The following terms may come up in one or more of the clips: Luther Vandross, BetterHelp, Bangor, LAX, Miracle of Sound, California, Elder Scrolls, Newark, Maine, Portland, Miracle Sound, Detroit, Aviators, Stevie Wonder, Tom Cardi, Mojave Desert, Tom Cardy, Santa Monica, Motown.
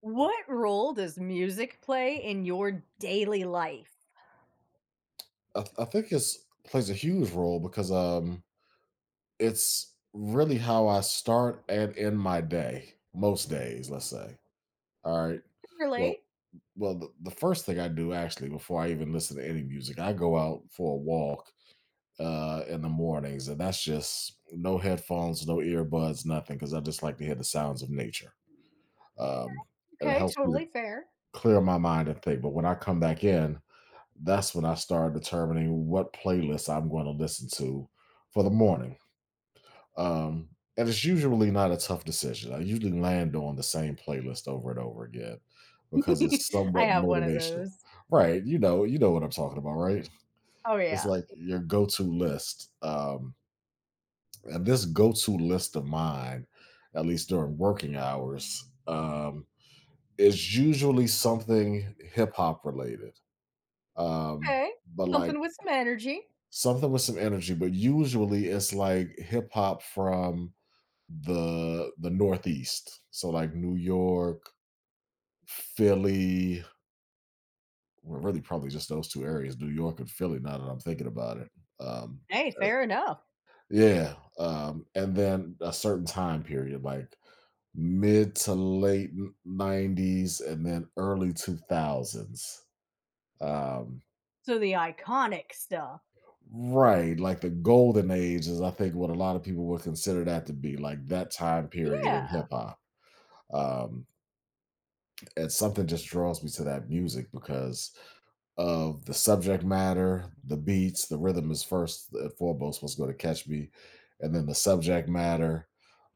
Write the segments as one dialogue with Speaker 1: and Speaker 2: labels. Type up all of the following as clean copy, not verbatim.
Speaker 1: What role does music play in your daily life?
Speaker 2: I think it's plays a huge role because it's really how I start and end my day most days. Let's say, all right. Well,
Speaker 1: Relate.
Speaker 2: well, the first thing I do actually before I even listen to any music, I go out for a walk in the mornings, and that's just no headphones, no earbuds, nothing, because I just like to hear the sounds of nature. Um, and it
Speaker 1: Okay,
Speaker 2: helps me
Speaker 1: totally
Speaker 2: to
Speaker 1: fair.
Speaker 2: clear my mind and think. But when I come back in, that's when I started determining what playlists I'm going to listen to for the morning. Um, and it's usually not a tough decision. I usually land on the same playlist over and over again because it's
Speaker 1: I
Speaker 2: somewhat
Speaker 1: have one of those.
Speaker 2: motivational. Right. You know what I'm talking about, right?
Speaker 1: Oh,
Speaker 2: It's
Speaker 1: yeah.
Speaker 2: like your go-to list. And this go-to list of mine, at least during working hours, is usually something hip hop related. Um,
Speaker 1: Okay,
Speaker 2: but
Speaker 1: something
Speaker 2: like
Speaker 1: with some energy.
Speaker 2: something with some energy, but usually it's like hip hop from the Northeast. So like New York, Philly, well, really probably just those two areas, New York and Philly, now that I'm thinking about it. Um,
Speaker 1: Hey,
Speaker 2: uh,
Speaker 1: fair enough.
Speaker 2: yeah, and then a certain time period, like mid to late 90s and then early 2000s. Um,
Speaker 1: So the iconic stuff.
Speaker 2: Right, like the golden age is I think what a lot of people would consider that to be, like that time period in
Speaker 1: Yeah,
Speaker 2: hip hop. Um, and something just draws me to that music because of the subject matter, the beats, the rhythm is first and foremost what's going to catch me, and then the subject matter,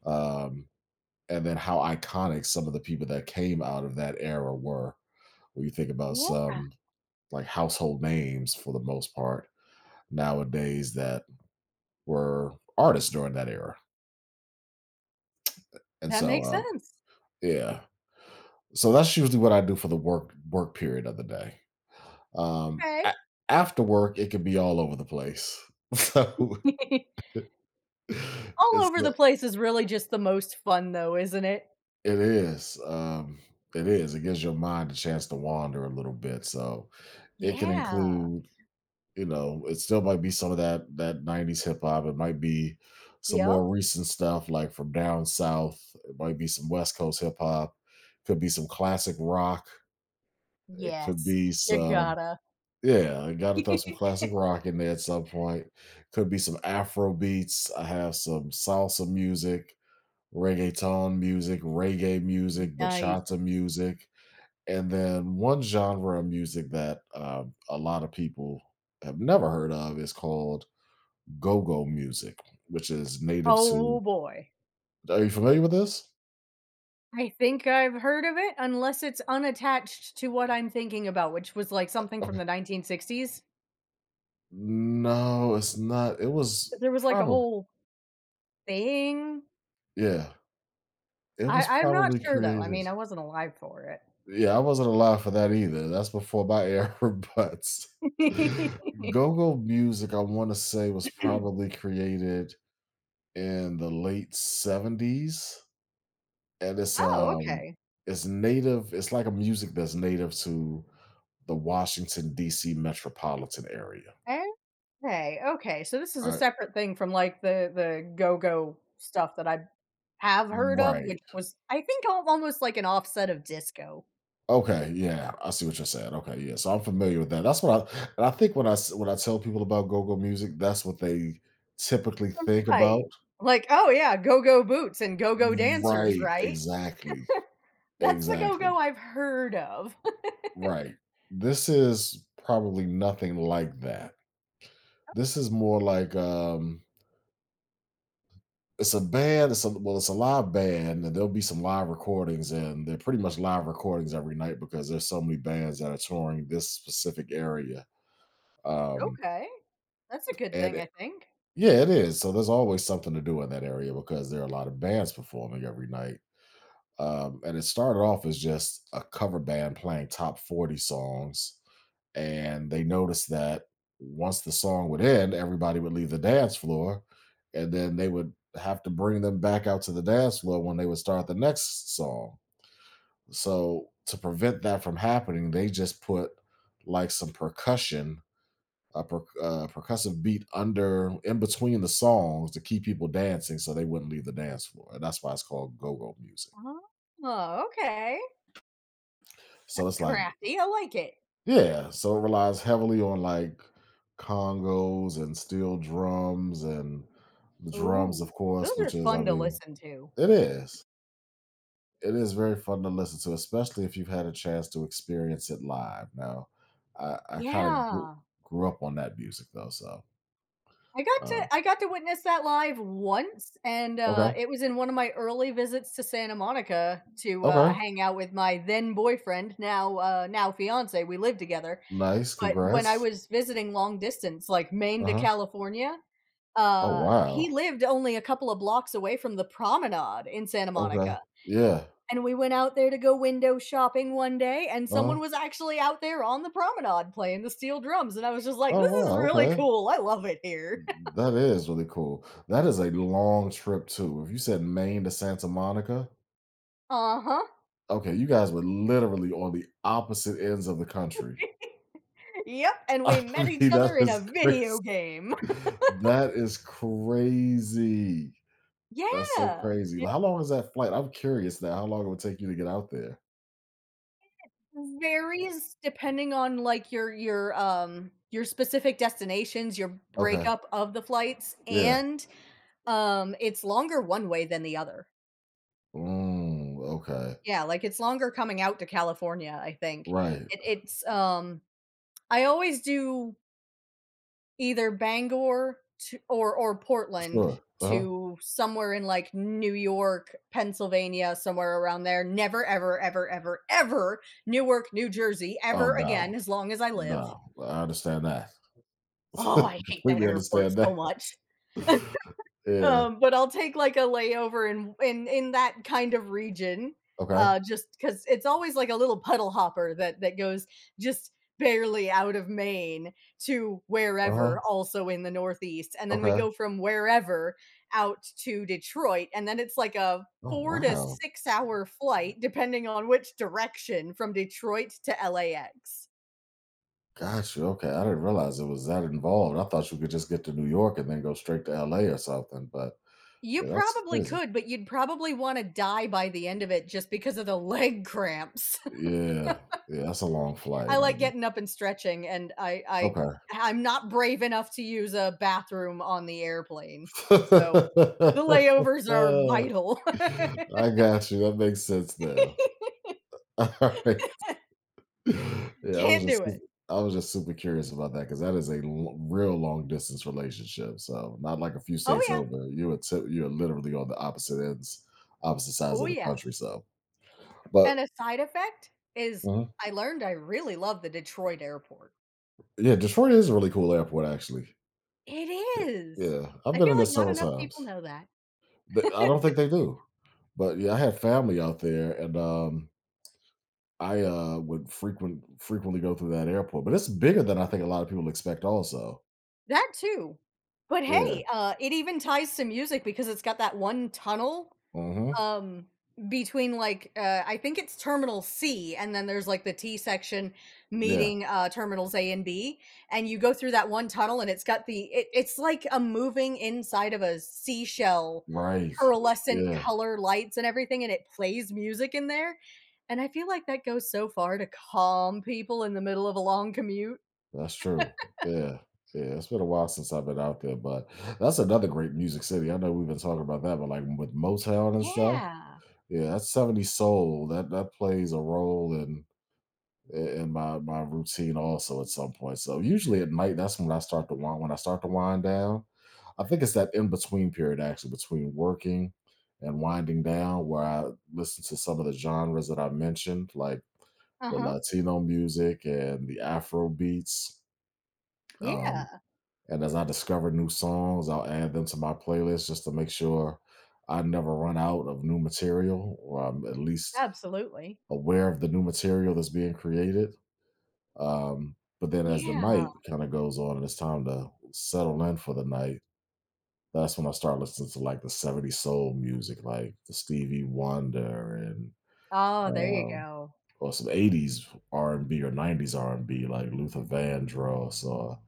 Speaker 2: um, and then how iconic some of the people that came out of that era were. When you think about
Speaker 1: yeah,
Speaker 2: some like household names for the most part nowadays that were artists during that era. And
Speaker 1: that
Speaker 2: so,
Speaker 1: makes sense.
Speaker 2: yeah. So that's usually what I do for the work work period of the day. Um,
Speaker 1: Okay.
Speaker 2: a- After work, it can be all over the place. So
Speaker 1: All
Speaker 2: it's
Speaker 1: over the
Speaker 2: the
Speaker 1: place is really just the most fun, though, isn't it?
Speaker 2: it is, it is. It gives your mind a chance to wander a little bit. So it can
Speaker 1: Yeah.
Speaker 2: include, it still might be some of that '90s hip hop. It might be some more
Speaker 1: Yep.
Speaker 2: recent stuff like from down south. It might be some West Coast hip hop. Could be some classic rock. It could
Speaker 1: Yes.
Speaker 2: be
Speaker 1: You
Speaker 2: some.
Speaker 1: gotta.
Speaker 2: Yeah, I gotta throw some classic rock in there at some point. Could be some Afro beats. I have some salsa music, reggaeton music, reggae music,
Speaker 1: Nice.
Speaker 2: bachata music, and then one genre of music that a lot of people have never heard of is called go-go music, which is native
Speaker 1: Oh,
Speaker 2: to.
Speaker 1: boy.
Speaker 2: Are you familiar with this?
Speaker 1: I think I've heard of it, unless it's unattached to what I'm thinking about, which was, like, something from
Speaker 2: Okay.
Speaker 1: the 1960s.
Speaker 2: No, it's not. It was
Speaker 1: There was, like, a
Speaker 2: probably.
Speaker 1: whole thing.
Speaker 2: Yeah. It
Speaker 1: I
Speaker 2: was
Speaker 1: I'm not
Speaker 2: probably
Speaker 1: sure, though. I
Speaker 2: created.
Speaker 1: mean, I wasn't alive for it.
Speaker 2: Yeah, I wasn't alive for that either. That's before my era, but go-go music, I want to say, was probably created in the late 70s, and it's
Speaker 1: Oh,
Speaker 2: um
Speaker 1: okay.
Speaker 2: it's native, it's like a music that's native to the Washington, D.C. metropolitan area.
Speaker 1: Okay, okay. So this is a
Speaker 2: I
Speaker 1: separate thing from, like, the go-go stuff that I have heard of, which
Speaker 2: Right.
Speaker 1: was, I think, al almost like an offset of disco.
Speaker 2: Okay. Yeah, I see what you're saying. Okay. Yeah. So I'm familiar with that. That's what I, and I think when I when I tell people about go-go music, that's what they typically think
Speaker 1: Right.
Speaker 2: about.
Speaker 1: Like, oh, yeah, go-go boots and go-go dancers,
Speaker 2: Right,
Speaker 1: right?
Speaker 2: exactly,
Speaker 1: That's the
Speaker 2: exactly,
Speaker 1: go-go I've heard of.
Speaker 2: right. This is probably nothing like that. This is more like it's a band, it's a well, it's a live band, and there'll be some live recordings, and they're pretty much live recordings every night because there's so many bands that are touring this specific area. Um
Speaker 1: Okay, that's a good
Speaker 2: and
Speaker 1: thing, I think.
Speaker 2: yeah, it is. So there's always something to do in that area because there are a lot of bands performing every night. And it started off as just a cover band playing top 40 songs. And they noticed that once the song would end, everybody would leave the dance floor. And then they would have to bring them back out to the dance floor when they would start the next song. So, to prevent that from happening, they just put like some percussion, percussive beat under in between the songs to keep people dancing so they wouldn't leave the dance floor. And that's why it's called go go music.
Speaker 1: Oh, okay.
Speaker 2: So,
Speaker 1: That's
Speaker 2: it's like.
Speaker 1: crafty, I like it.
Speaker 2: Yeah, so it relies heavily on like congos and steel drums and the drums,
Speaker 1: Ooh,
Speaker 2: of course,
Speaker 1: those are
Speaker 2: which is, I
Speaker 1: fun to
Speaker 2: mean,
Speaker 1: listen to.
Speaker 2: it is. It is very fun to listen to, especially if you've had a chance to experience it live. Now, I kind of
Speaker 1: Yeah,
Speaker 2: grew up on that music though, so
Speaker 1: I got to
Speaker 2: um,
Speaker 1: I got to witness that live once, and,
Speaker 2: okay,
Speaker 1: it was in one of my early visits to Santa Monica to,
Speaker 2: okay,
Speaker 1: hang out with my then boyfriend, now, now fiancé. We lived together,
Speaker 2: nice,
Speaker 1: but when I
Speaker 2: congrats.
Speaker 1: was visiting long distance, like Maine
Speaker 2: Uh
Speaker 1: to
Speaker 2: huh.
Speaker 1: California.
Speaker 2: Oh
Speaker 1: He
Speaker 2: wow.
Speaker 1: lived only a couple of blocks away from the promenade in Santa
Speaker 2: Okay.
Speaker 1: Monica,
Speaker 2: Yeah.
Speaker 1: and we went out there to go window shopping one day, and
Speaker 2: Uh
Speaker 1: someone
Speaker 2: huh.
Speaker 1: was actually out there on the promenade playing the steel drums, and I was just like,
Speaker 2: Oh
Speaker 1: "This is
Speaker 2: wow.
Speaker 1: really
Speaker 2: Okay.
Speaker 1: cool, I love it here."
Speaker 2: That is really cool. That is a long trip too. If you said Maine to Santa Monica,
Speaker 1: Uh-huh.
Speaker 2: okay, you guys were literally on the opposite ends of the country.
Speaker 1: Yep, and we
Speaker 2: I
Speaker 1: met each
Speaker 2: mean,
Speaker 1: other
Speaker 2: that
Speaker 1: in a
Speaker 2: is
Speaker 1: video
Speaker 2: crazy.
Speaker 1: game.
Speaker 2: That is crazy. That's so
Speaker 1: Yeah,
Speaker 2: crazy.
Speaker 1: it
Speaker 2: How long is that flight? I'm curious now how long it would take you to get out there.
Speaker 1: varies depending on, like, your your specific destinations, your
Speaker 2: Okay.
Speaker 1: breakup of the flights,
Speaker 2: Yeah.
Speaker 1: and, it's longer one way than the other.
Speaker 2: Mm, okay.
Speaker 1: Yeah, like, it's longer coming out to California, I think.
Speaker 2: Right.
Speaker 1: It it's, um I always do either Bangor to or Portland
Speaker 2: Sure. Uh-huh.
Speaker 1: to somewhere in, like, New York, Pennsylvania, somewhere around there. Never, ever, ever, ever, ever Newark, New Jersey
Speaker 2: Oh
Speaker 1: ever again
Speaker 2: no.
Speaker 1: as long as I live.
Speaker 2: No. I understand that.
Speaker 1: Oh, I hate that
Speaker 2: Completely
Speaker 1: airport
Speaker 2: understand
Speaker 1: so
Speaker 2: that.
Speaker 1: much.
Speaker 2: Yeah.
Speaker 1: But I'll take like a layover in that kind of region,
Speaker 2: Okay.
Speaker 1: just because it's always like a little puddle hopper that goes just barely out of Maine to
Speaker 2: Uh-huh.
Speaker 1: wherever, also in the Northeast, and then we
Speaker 2: Okay.
Speaker 1: go from wherever out to Detroit, and then it's like a
Speaker 2: Oh,
Speaker 1: four to
Speaker 2: wow.
Speaker 1: six hour flight, depending on which direction from Detroit to LAX.
Speaker 2: Got you. Okay. I didn't realize it was that involved. I thought you could just get to New York and then go straight to LA or something, but
Speaker 1: You
Speaker 2: yeah, that's
Speaker 1: probably
Speaker 2: crazy.
Speaker 1: could, but you'd probably want to die by the end of it just because of the leg cramps.
Speaker 2: Yeah. Yeah, that's a long
Speaker 1: I
Speaker 2: flight. I
Speaker 1: like
Speaker 2: mean,
Speaker 1: getting up and stretching, and I I
Speaker 2: okay.
Speaker 1: I'm not brave enough to use a bathroom on the airplane. So, the layovers are vital.
Speaker 2: I got you. That makes sense now. All right. Yeah,
Speaker 1: Can't do it.
Speaker 2: I was just super curious about that because that is a real long distance relationship. So not like a few
Speaker 1: Oh,
Speaker 2: states
Speaker 1: yeah.
Speaker 2: over. You are literally on the opposite ends, opposite sides
Speaker 1: Oh,
Speaker 2: of the
Speaker 1: yeah.
Speaker 2: country. So, but.
Speaker 1: And a side effect is
Speaker 2: Mhm.
Speaker 1: I learned I really love the Detroit airport.
Speaker 2: Yeah, Detroit is a really cool airport actually.
Speaker 1: It
Speaker 2: Y-
Speaker 1: is.
Speaker 2: Yeah, I've
Speaker 1: I
Speaker 2: been
Speaker 1: feel
Speaker 2: in there
Speaker 1: like not
Speaker 2: several
Speaker 1: enough
Speaker 2: times.
Speaker 1: people know that.
Speaker 2: I don't think they do, but yeah, I have family out there, and I would frequently go through that airport. But it's bigger than I think a lot of people expect. Also,
Speaker 1: That too. But
Speaker 2: yeah,
Speaker 1: hey, it even ties to music because it's got that one tunnel
Speaker 2: hmm,
Speaker 1: um between like I think it's terminal C, and then there's like the T section
Speaker 2: yeah.
Speaker 1: meeting terminals A and B, and you go through that one tunnel, and it's got it's like a moving inside of a seashell,
Speaker 2: Right.
Speaker 1: pearlescent
Speaker 2: Yeah,
Speaker 1: color lights and everything, and it plays music in there, and I feel like that goes so far to calm people in the middle of a long commute.
Speaker 2: that's true. Yeah. Yeah, it's been a while since I've been out there, but that's another great music city. I know we've been talking about that, but like with Motown and stuff,
Speaker 1: Yeah.
Speaker 2: yeah, that's 70s soul. That plays a role in my routine also at some point. So usually at night, that's when I start to wind down. I think it's that in between period actually between working and winding down where I listen to some of the genres that I mentioned, like the
Speaker 1: Uh-huh.
Speaker 2: Latino music and the Afro beats. Um,
Speaker 1: Yeah.
Speaker 2: and as I discover new songs, I'll add them to my playlist just to make sure I never run out of new material, or I'm at least
Speaker 1: Absolutely.
Speaker 2: aware of the new material that's being created. Um, but then as the
Speaker 1: Yeah.
Speaker 2: night kind of goes on and it's time to settle in for the night, that's when I start listening to like the 70s soul music, like the Stevie Wonder and
Speaker 1: Oh, there you
Speaker 2: um,
Speaker 1: go.
Speaker 2: or some '80s R&B or '90s R&B, like Luther Vandross or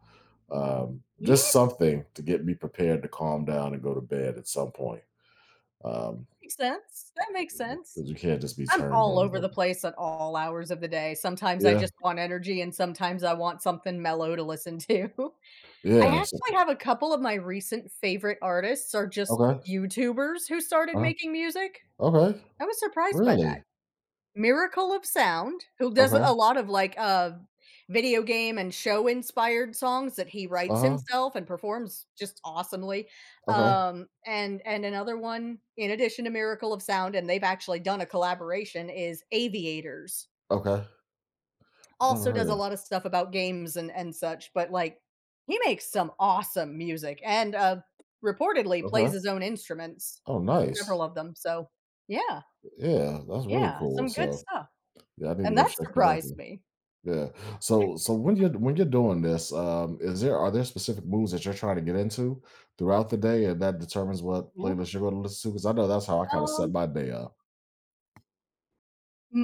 Speaker 1: Yeah.
Speaker 2: just something to get me prepared to calm down and go to bed at some point, Um,
Speaker 1: Makes sense, that makes sense.
Speaker 2: because you can't just be
Speaker 1: I'm
Speaker 2: turned
Speaker 1: all
Speaker 2: on
Speaker 1: over
Speaker 2: all
Speaker 1: the
Speaker 2: day.
Speaker 1: place at all hours of the day. Sometimes I
Speaker 2: Yeah,
Speaker 1: just want energy and sometimes I want something mellow to listen to. I
Speaker 2: yeah, so,
Speaker 1: actually have a couple of my recent favorite artists are just
Speaker 2: okay,
Speaker 1: YouTubers who started
Speaker 2: uh-huh,
Speaker 1: making music.
Speaker 2: okay,
Speaker 1: I was surprised by
Speaker 2: really?
Speaker 1: Miracle of Sound, who does
Speaker 2: Okay,
Speaker 1: a lot of, like, video game and show inspired songs that he writes
Speaker 2: uh-huh,
Speaker 1: himself and performs just awesomely,
Speaker 2: okay,
Speaker 1: and another one in addition to Miracle of Sound, and they've actually done a collaboration, is Aviators.
Speaker 2: okay, never
Speaker 1: Also
Speaker 2: heard
Speaker 1: does a
Speaker 2: of,
Speaker 1: lot of stuff about games and such, but, like, he makes some awesome music and, reportedly plays
Speaker 2: okay,
Speaker 1: his own instruments,
Speaker 2: oh,
Speaker 1: several
Speaker 2: nice,
Speaker 1: of them, so yeah,
Speaker 2: yeah, that's really
Speaker 1: yeah,
Speaker 2: cool,
Speaker 1: some good
Speaker 2: so,
Speaker 1: stuff,
Speaker 2: yeah, I need to
Speaker 1: and
Speaker 2: go
Speaker 1: that
Speaker 2: check them out.
Speaker 1: surprised me.
Speaker 2: Yeah. So when you when you're doing this, is there are there specific moves that you're trying to get into throughout the day, and that determines what playlist you're going to listen to? Because I know that's how I kind of set
Speaker 1: Um,
Speaker 2: my day up.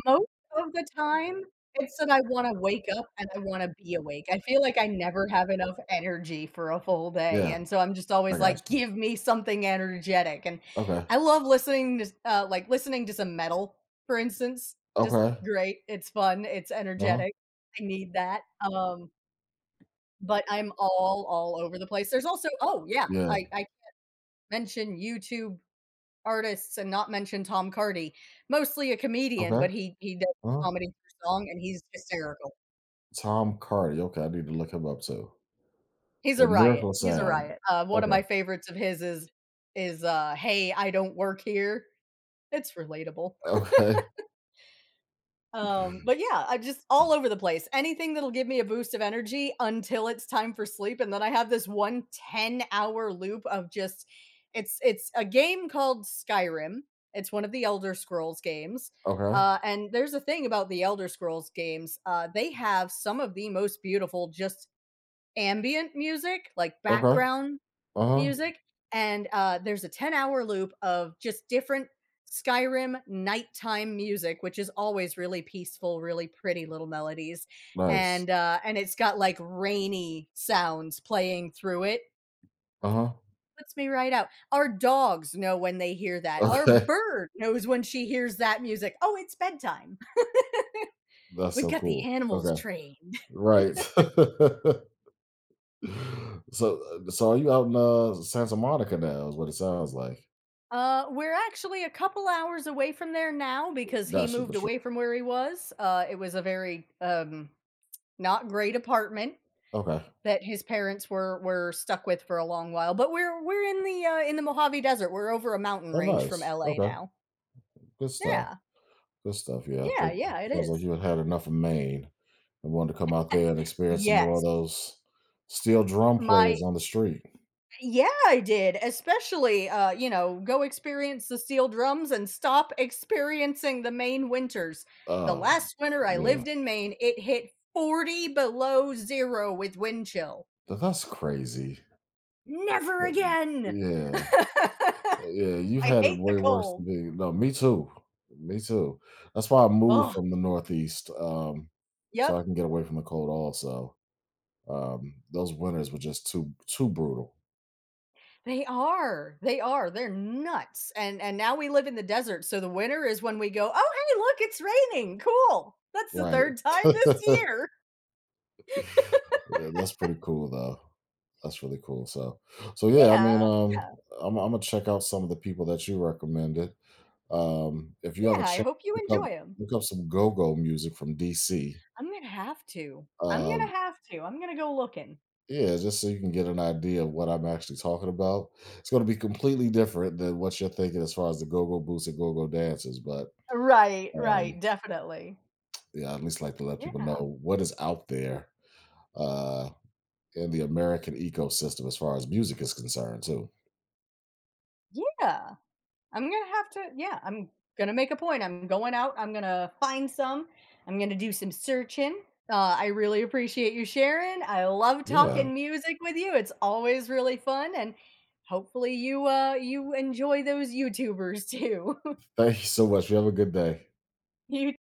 Speaker 1: most of the time, it's that I wanna wake up and I wanna be awake. I feel like I never have enough energy for a full day,
Speaker 2: Yeah,
Speaker 1: and so I'm just
Speaker 2: I
Speaker 1: always
Speaker 2: got
Speaker 1: like,
Speaker 2: you.
Speaker 1: "Give me something energetic," and
Speaker 2: Okay.
Speaker 1: I love listening to some metal, for instance. Just
Speaker 2: Okay.
Speaker 1: great, it's fun, it's
Speaker 2: Uh huh.
Speaker 1: energetic, I need that, um, but I'm all over the place. There's also oh, yeah, I
Speaker 2: Yeah.
Speaker 1: I mentioned YouTube artists and not mention Tom Cardy. Mostly a
Speaker 2: Okay.
Speaker 1: comedian, but he does
Speaker 2: Uh huh.
Speaker 1: comedy through song, and he's hysterical.
Speaker 2: Tom Cardi. Okay, I need to look him up too.
Speaker 1: He's a
Speaker 2: And
Speaker 1: riot,
Speaker 2: Miracle
Speaker 1: he's a
Speaker 2: Sound.
Speaker 1: riot. One of
Speaker 2: Okay.
Speaker 1: my favorites of his is "Hey, I don't work here." It's relatable.
Speaker 2: Okay.
Speaker 1: But yeah, I just all over the place. Anything that'll give me a boost of energy until it's time for sleep. And then I have this one 10-hour loop of just it's a game called Skyrim. It's one of the Elder Scrolls games.
Speaker 2: Okay.
Speaker 1: And there's a thing about the Elder Scrolls games. They have some of the most beautiful just ambient music, like
Speaker 2: Okay.
Speaker 1: background
Speaker 2: Uh huh.
Speaker 1: music, and, there's a 10-hour loop of just different Skyrim nighttime music, which is always really peaceful, really pretty little melodies,
Speaker 2: Nice.
Speaker 1: and it's got, like, rainy sounds playing through it.
Speaker 2: Uh huh.
Speaker 1: Puts me right out. Our dogs know when they hear that. Our
Speaker 2: Okay.
Speaker 1: bird knows when she hears that music, "Oh, it's bedtime."
Speaker 2: That's
Speaker 1: We've
Speaker 2: so
Speaker 1: got the
Speaker 2: cool.
Speaker 1: animals
Speaker 2: Okay.
Speaker 1: trained.
Speaker 2: Right. So, are you out in Santa Monica now? Is what it sounds like.
Speaker 1: We're actually a couple hours away from there now because he
Speaker 2: Got you,
Speaker 1: moved
Speaker 2: Patricia.
Speaker 1: away from where he was. It was a very, not great apartment
Speaker 2: Okay.
Speaker 1: that his parents were stuck with for a long while. But we're in the Mojave Desert. We're over a mountain
Speaker 2: Oh,
Speaker 1: range from
Speaker 2: nice.
Speaker 1: LA
Speaker 2: Okay.
Speaker 1: now.
Speaker 2: Good stuff.
Speaker 1: Yeah,
Speaker 2: Good stuff. Yeah, I
Speaker 1: yeah,
Speaker 2: think
Speaker 1: yeah. It
Speaker 2: sounds like
Speaker 1: is.
Speaker 2: you had had enough of Maine and wanted to come out there and experience some more of
Speaker 1: Yes,
Speaker 2: those steel drum
Speaker 1: my
Speaker 2: players on the street.
Speaker 1: yeah, I did. Especially, go experience the steel drums and stop experiencing the Maine winters. The
Speaker 2: Oh,
Speaker 1: last winter I
Speaker 2: yeah.
Speaker 1: lived in Maine, it hit 40 below zero with wind chill.
Speaker 2: That's crazy.
Speaker 1: Never again.
Speaker 2: Yeah.
Speaker 1: I
Speaker 2: Yeah. You've had it
Speaker 1: hate the
Speaker 2: way worse than
Speaker 1: cold.
Speaker 2: me. No, me too. Me too. That's why I moved
Speaker 1: Oh.
Speaker 2: from the Northeast so
Speaker 1: Yep.
Speaker 2: I can get away from the cold also. Those winters were just too too brutal,
Speaker 1: They are. They are. They're nuts. And now we live in the desert, so the winter is when we go, "Oh, hey, look, it's raining. Cool. That's the
Speaker 2: right?
Speaker 1: 3rd time this year."
Speaker 2: Yeah, that's pretty cool though. That's really cool. So, yeah, I mean,
Speaker 1: Yeah. Yeah.
Speaker 2: I'm gonna check out some of the people that you recommended. If you have a
Speaker 1: Yeah, I
Speaker 2: chance,
Speaker 1: hope you
Speaker 2: look up
Speaker 1: enjoy them.
Speaker 2: look up some go-go music from DC.
Speaker 1: I 'em. I'm gonna have to. I'm
Speaker 2: Uh,
Speaker 1: gonna have to. I'm gonna go looking.
Speaker 2: yeah, just so you can get an idea of what I'm actually talking about. It's going to be completely different than what you're thinking as far as the go-go boots and go-go dances, but
Speaker 1: Right, right,
Speaker 2: um,
Speaker 1: definitely.
Speaker 2: yeah, I at least like to let people
Speaker 1: Yeah.
Speaker 2: know what is out there. Uh, in the American ecosystem as far as music is concerned too.
Speaker 1: Yeah. I'm gonna have to, yeah, I'm gonna make a point. I'm going out. I'm gonna find some. I'm gonna do some searching. I really appreciate you sharing. I love
Speaker 2: Yeah.
Speaker 1: talking music with you. It's always really fun, and hopefully you enjoy those YouTubers too.
Speaker 2: Thank you so much. You have a good day.
Speaker 1: you